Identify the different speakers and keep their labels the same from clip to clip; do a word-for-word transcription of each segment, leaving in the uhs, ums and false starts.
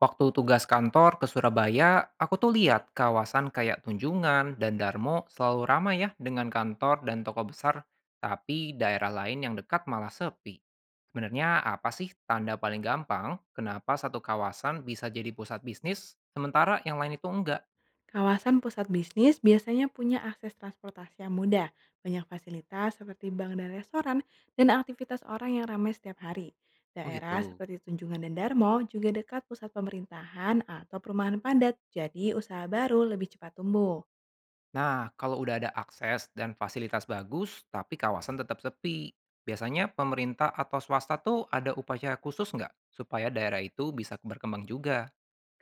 Speaker 1: Waktu tugas kantor ke Surabaya, aku tuh lihat kawasan kayak Tunjungan dan Darmo selalu ramai ya dengan kantor dan toko besar, tapi daerah lain yang dekat malah sepi. Sebenarnya apa sih tanda paling gampang kenapa satu kawasan bisa jadi pusat bisnis, sementara yang lain itu enggak?
Speaker 2: Kawasan pusat bisnis biasanya punya akses transportasi yang mudah, banyak fasilitas seperti bank dan restoran, dan aktivitas orang yang ramai setiap hari.
Speaker 1: Oh
Speaker 2: Daerah
Speaker 1: gitu.
Speaker 2: seperti Tunjungan dan Darmo juga dekat pusat pemerintahan atau perumahan padat, jadi usaha baru lebih cepat tumbuh.
Speaker 1: Nah, kalau udah ada akses dan fasilitas bagus, tapi kawasan tetap sepi, biasanya pemerintah atau swasta tuh ada upaya khusus nggak supaya daerah itu bisa berkembang juga?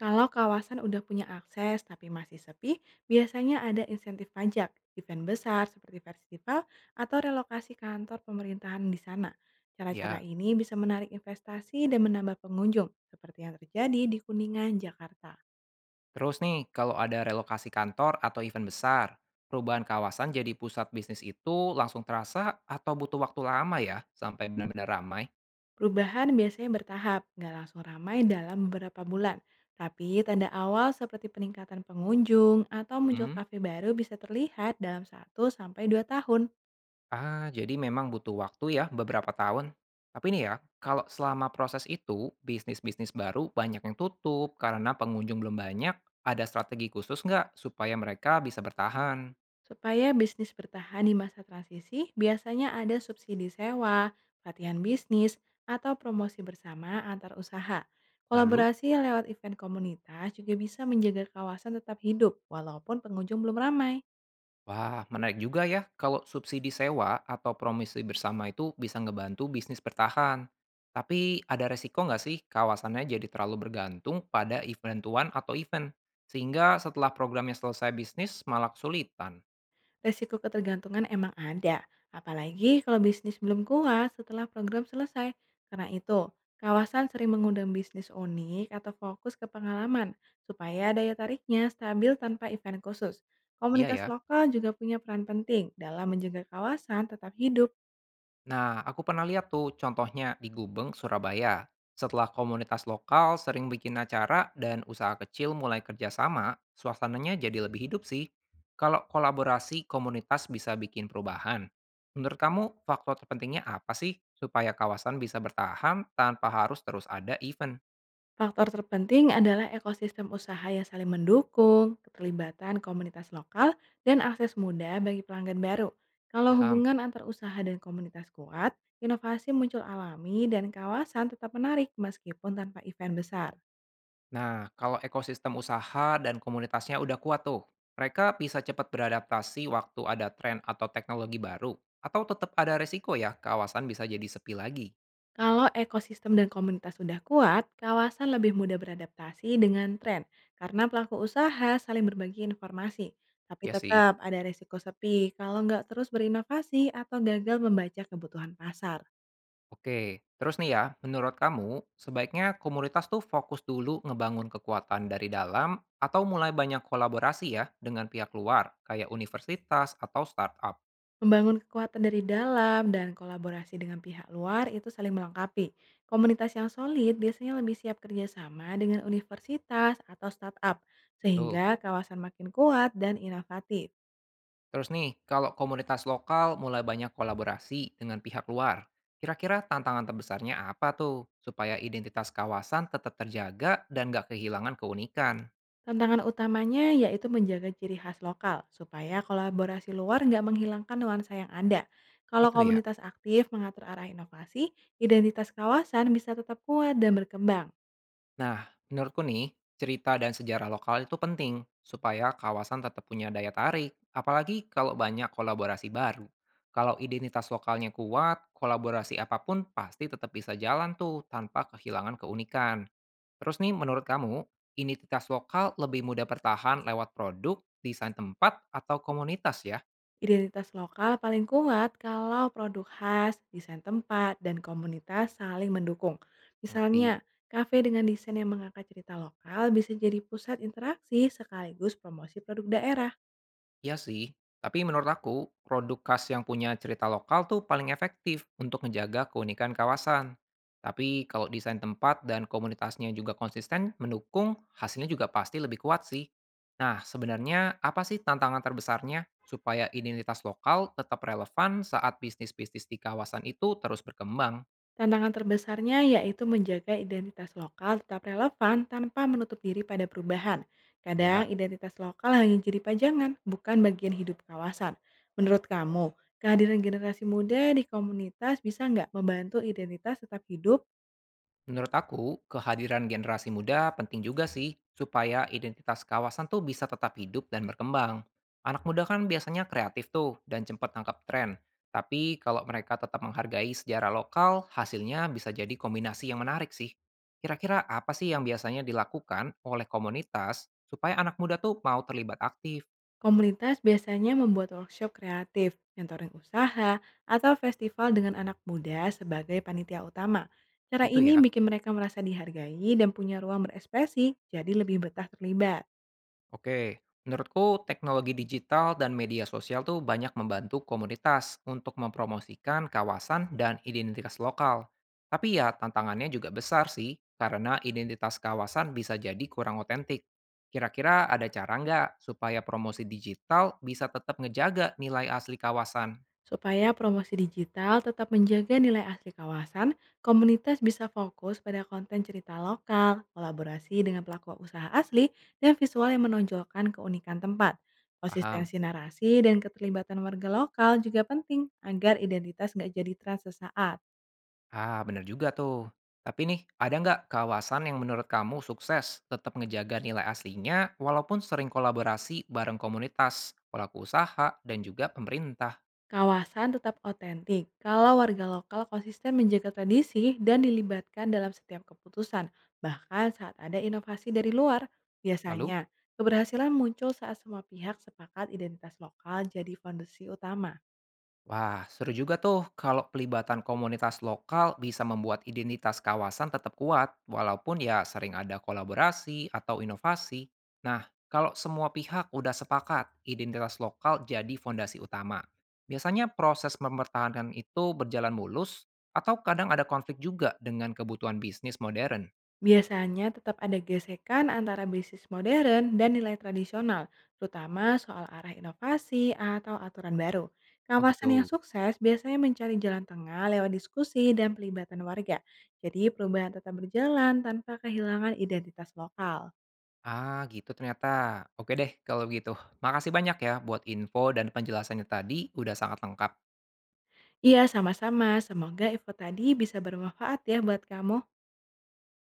Speaker 2: Kalau kawasan udah punya akses tapi masih sepi, biasanya ada insentif pajak, event besar seperti festival, atau relokasi kantor pemerintahan di sana. Cara-cara
Speaker 1: Ya.
Speaker 2: ini bisa menarik investasi dan menambah pengunjung, seperti yang terjadi di Kuningan, Jakarta.
Speaker 1: Terus nih, kalau ada relokasi kantor atau event besar, perubahan kawasan jadi pusat bisnis itu langsung terasa atau butuh waktu lama ya sampai benar-benar ramai?
Speaker 2: Perubahan biasanya bertahap, nggak langsung ramai dalam beberapa bulan. Tapi tanda awal seperti peningkatan pengunjung atau muncul
Speaker 1: Hmm?
Speaker 2: kafe baru bisa terlihat dalam satu sampai dua tahun.
Speaker 1: Ah, jadi memang butuh waktu ya beberapa tahun. Tapi nih ya, kalau selama proses itu, bisnis-bisnis baru banyak yang tutup karena pengunjung belum banyak, ada strategi khusus nggak supaya mereka bisa bertahan?
Speaker 2: Supaya bisnis bertahan di masa transisi, biasanya ada subsidi sewa, pelatihan bisnis, atau promosi bersama antar usaha.
Speaker 1: Lalu?
Speaker 2: Kolaborasi lewat event komunitas juga bisa menjaga kawasan tetap hidup, walaupun pengunjung belum ramai.
Speaker 1: Wah, menarik juga ya kalau subsidi sewa atau promosi bersama itu bisa ngebantu bisnis bertahan. Tapi ada resiko nggak sih kawasannya jadi terlalu bergantung pada event-tuan atau event? Sehingga setelah programnya selesai bisnis malah kesulitan.
Speaker 2: Resiko ketergantungan emang ada, apalagi kalau bisnis belum kuat setelah program selesai. Karena itu, kawasan sering mengundang bisnis unik atau fokus ke pengalaman supaya daya tariknya stabil tanpa event khusus.
Speaker 1: Iya
Speaker 2: Komunitas
Speaker 1: ya.
Speaker 2: lokal juga punya peran penting dalam menjaga kawasan tetap hidup.
Speaker 1: Nah, aku pernah lihat tuh contohnya di Gubeng, Surabaya. Setelah komunitas lokal sering bikin acara dan usaha kecil mulai kerjasama, suasananya jadi lebih hidup sih. Kalau kolaborasi komunitas bisa bikin perubahan. Menurut kamu, faktor terpentingnya apa sih supaya kawasan bisa bertahan tanpa harus terus ada event?
Speaker 2: Faktor terpenting adalah ekosistem usaha yang saling mendukung, keterlibatan komunitas lokal, dan akses mudah bagi pelanggan baru. Kalau
Speaker 1: Paham?
Speaker 2: hubungan antar usaha dan komunitas kuat, inovasi muncul alami dan kawasan tetap menarik meskipun tanpa event besar.
Speaker 1: Nah, kalau ekosistem usaha dan komunitasnya udah kuat tuh, mereka bisa cepat beradaptasi waktu ada tren atau teknologi baru, atau tetap ada resiko ya kawasan bisa jadi sepi lagi.
Speaker 2: Kalau ekosistem dan komunitas sudah kuat, kawasan lebih mudah beradaptasi dengan tren karena pelaku usaha saling berbagi informasi. Tapi
Speaker 1: Ya sih.
Speaker 2: tetap ada risiko sepi kalau nggak terus berinovasi atau gagal membaca kebutuhan pasar.
Speaker 1: Oke, terus nih ya, menurut kamu sebaiknya komunitas tuh fokus dulu ngebangun kekuatan dari dalam atau mulai banyak kolaborasi ya dengan pihak luar kayak universitas atau startup.
Speaker 2: Membangun kekuatan dari dalam dan kolaborasi dengan pihak luar itu saling melengkapi. Komunitas yang solid biasanya lebih siap kerjasama dengan universitas atau startup,
Speaker 1: Betul.
Speaker 2: sehingga kawasan makin kuat dan inovatif.
Speaker 1: Terus nih, kalau komunitas lokal mulai banyak kolaborasi dengan pihak luar, kira-kira tantangan terbesarnya apa tuh? Supaya identitas kawasan tetap terjaga dan nggak kehilangan keunikan.
Speaker 2: Tantangan utamanya yaitu menjaga ciri khas lokal, supaya kolaborasi luar nggak menghilangkan nuansa yang ada. Kalau
Speaker 1: Itu ya.
Speaker 2: komunitas aktif mengatur arah inovasi, identitas kawasan bisa tetap kuat dan berkembang.
Speaker 1: Nah, menurutku nih, cerita dan sejarah lokal itu penting supaya kawasan tetap punya daya tarik, apalagi kalau banyak kolaborasi baru. Kalau identitas lokalnya kuat, kolaborasi apapun pasti tetap bisa jalan tuh tanpa kehilangan keunikan. Terus nih, menurut kamu, identitas lokal lebih mudah bertahan lewat produk, desain tempat, atau komunitas ya?
Speaker 2: Identitas lokal paling kuat kalau produk khas, desain tempat, dan komunitas saling mendukung. Misalnya,
Speaker 1: Mengerti.
Speaker 2: kafe dengan desain yang mengangkat cerita lokal bisa jadi pusat interaksi sekaligus promosi produk daerah.
Speaker 1: Iya sih. Tapi menurut aku, produk khas yang punya cerita lokal tuh paling efektif untuk menjaga keunikan kawasan. Tapi kalau desain tempat dan komunitasnya juga konsisten mendukung, hasilnya juga pasti lebih kuat sih. Nah, sebenarnya apa sih tantangan terbesarnya supaya identitas lokal tetap relevan saat bisnis-bisnis di kawasan itu terus berkembang?
Speaker 2: Tantangan terbesarnya yaitu menjaga identitas lokal tetap relevan tanpa menutup diri pada perubahan. Kadang
Speaker 1: Ya.
Speaker 2: identitas lokal hanya jadi pajangan, bukan bagian hidup kawasan. Menurut kamu, kehadiran generasi muda di komunitas bisa nggak membantu identitas tetap hidup?
Speaker 1: Menurut aku, kehadiran generasi muda penting juga sih, supaya identitas kawasan tuh bisa tetap hidup dan berkembang. Anak muda kan biasanya kreatif tuh dan cepat tangkap tren. Tapi kalau mereka tetap menghargai sejarah lokal, hasilnya bisa jadi kombinasi yang menarik sih. Kira-kira apa sih yang biasanya dilakukan oleh komunitas supaya anak muda tuh mau terlibat aktif
Speaker 2: Komunitas biasanya membuat workshop kreatif, mentoring usaha, atau festival dengan anak muda sebagai panitia utama. Cara
Speaker 1: gitu
Speaker 2: ini
Speaker 1: ya?
Speaker 2: bikin mereka merasa dihargai dan punya ruang berekspresi, jadi lebih betah terlibat.
Speaker 1: Oke, menurutku teknologi digital dan media sosial tuh banyak membantu komunitas untuk mempromosikan kawasan dan identitas lokal. Tapi ya tantangannya juga besar sih, karena identitas kawasan bisa jadi kurang otentik. Kira-kira ada cara nggak supaya promosi digital bisa tetap ngejaga nilai asli kawasan?
Speaker 2: Supaya promosi digital tetap menjaga nilai asli kawasan, komunitas bisa fokus pada konten cerita lokal, kolaborasi dengan pelaku usaha asli, dan visual yang menonjolkan keunikan tempat.
Speaker 1: Paham?
Speaker 2: Konsistensi narasi dan keterlibatan warga lokal juga penting agar identitas nggak jadi tren sesaat.
Speaker 1: Ah, bener juga tuh. Tapi nih, ada nggak kawasan yang menurut kamu sukses tetap ngejaga nilai aslinya walaupun sering kolaborasi bareng komunitas, pelaku usaha, dan juga pemerintah?
Speaker 2: Kawasan tetap otentik kalau warga lokal konsisten menjaga tradisi dan dilibatkan dalam setiap keputusan, bahkan saat ada inovasi dari luar.
Speaker 1: Lalu.
Speaker 2: Biasanya, keberhasilan muncul saat semua pihak sepakat identitas lokal jadi fondasi utama.
Speaker 1: Wah, seru juga tuh kalau pelibatan komunitas lokal bisa membuat identitas kawasan tetap kuat, walaupun ya sering ada kolaborasi atau inovasi. Nah, kalau semua pihak udah sepakat, identitas lokal jadi fondasi utama. Biasanya proses mempertahankan itu berjalan mulus, atau kadang ada konflik juga dengan kebutuhan bisnis modern.
Speaker 2: Biasanya tetap ada gesekan antara bisnis modern dan nilai tradisional, terutama soal arah inovasi atau aturan baru.
Speaker 1: Oh
Speaker 2: Kawasan yang
Speaker 1: gitu.
Speaker 2: sukses biasanya mencari jalan tengah lewat diskusi dan pelibatan warga. Jadi perubahan tetap berjalan tanpa kehilangan identitas lokal.
Speaker 1: Ah gitu ternyata. Oke deh kalau gitu. Makasih banyak ya buat info dan penjelasannya tadi udah sangat lengkap.
Speaker 2: Iya, sama-sama. Semoga info tadi bisa bermanfaat ya buat kamu.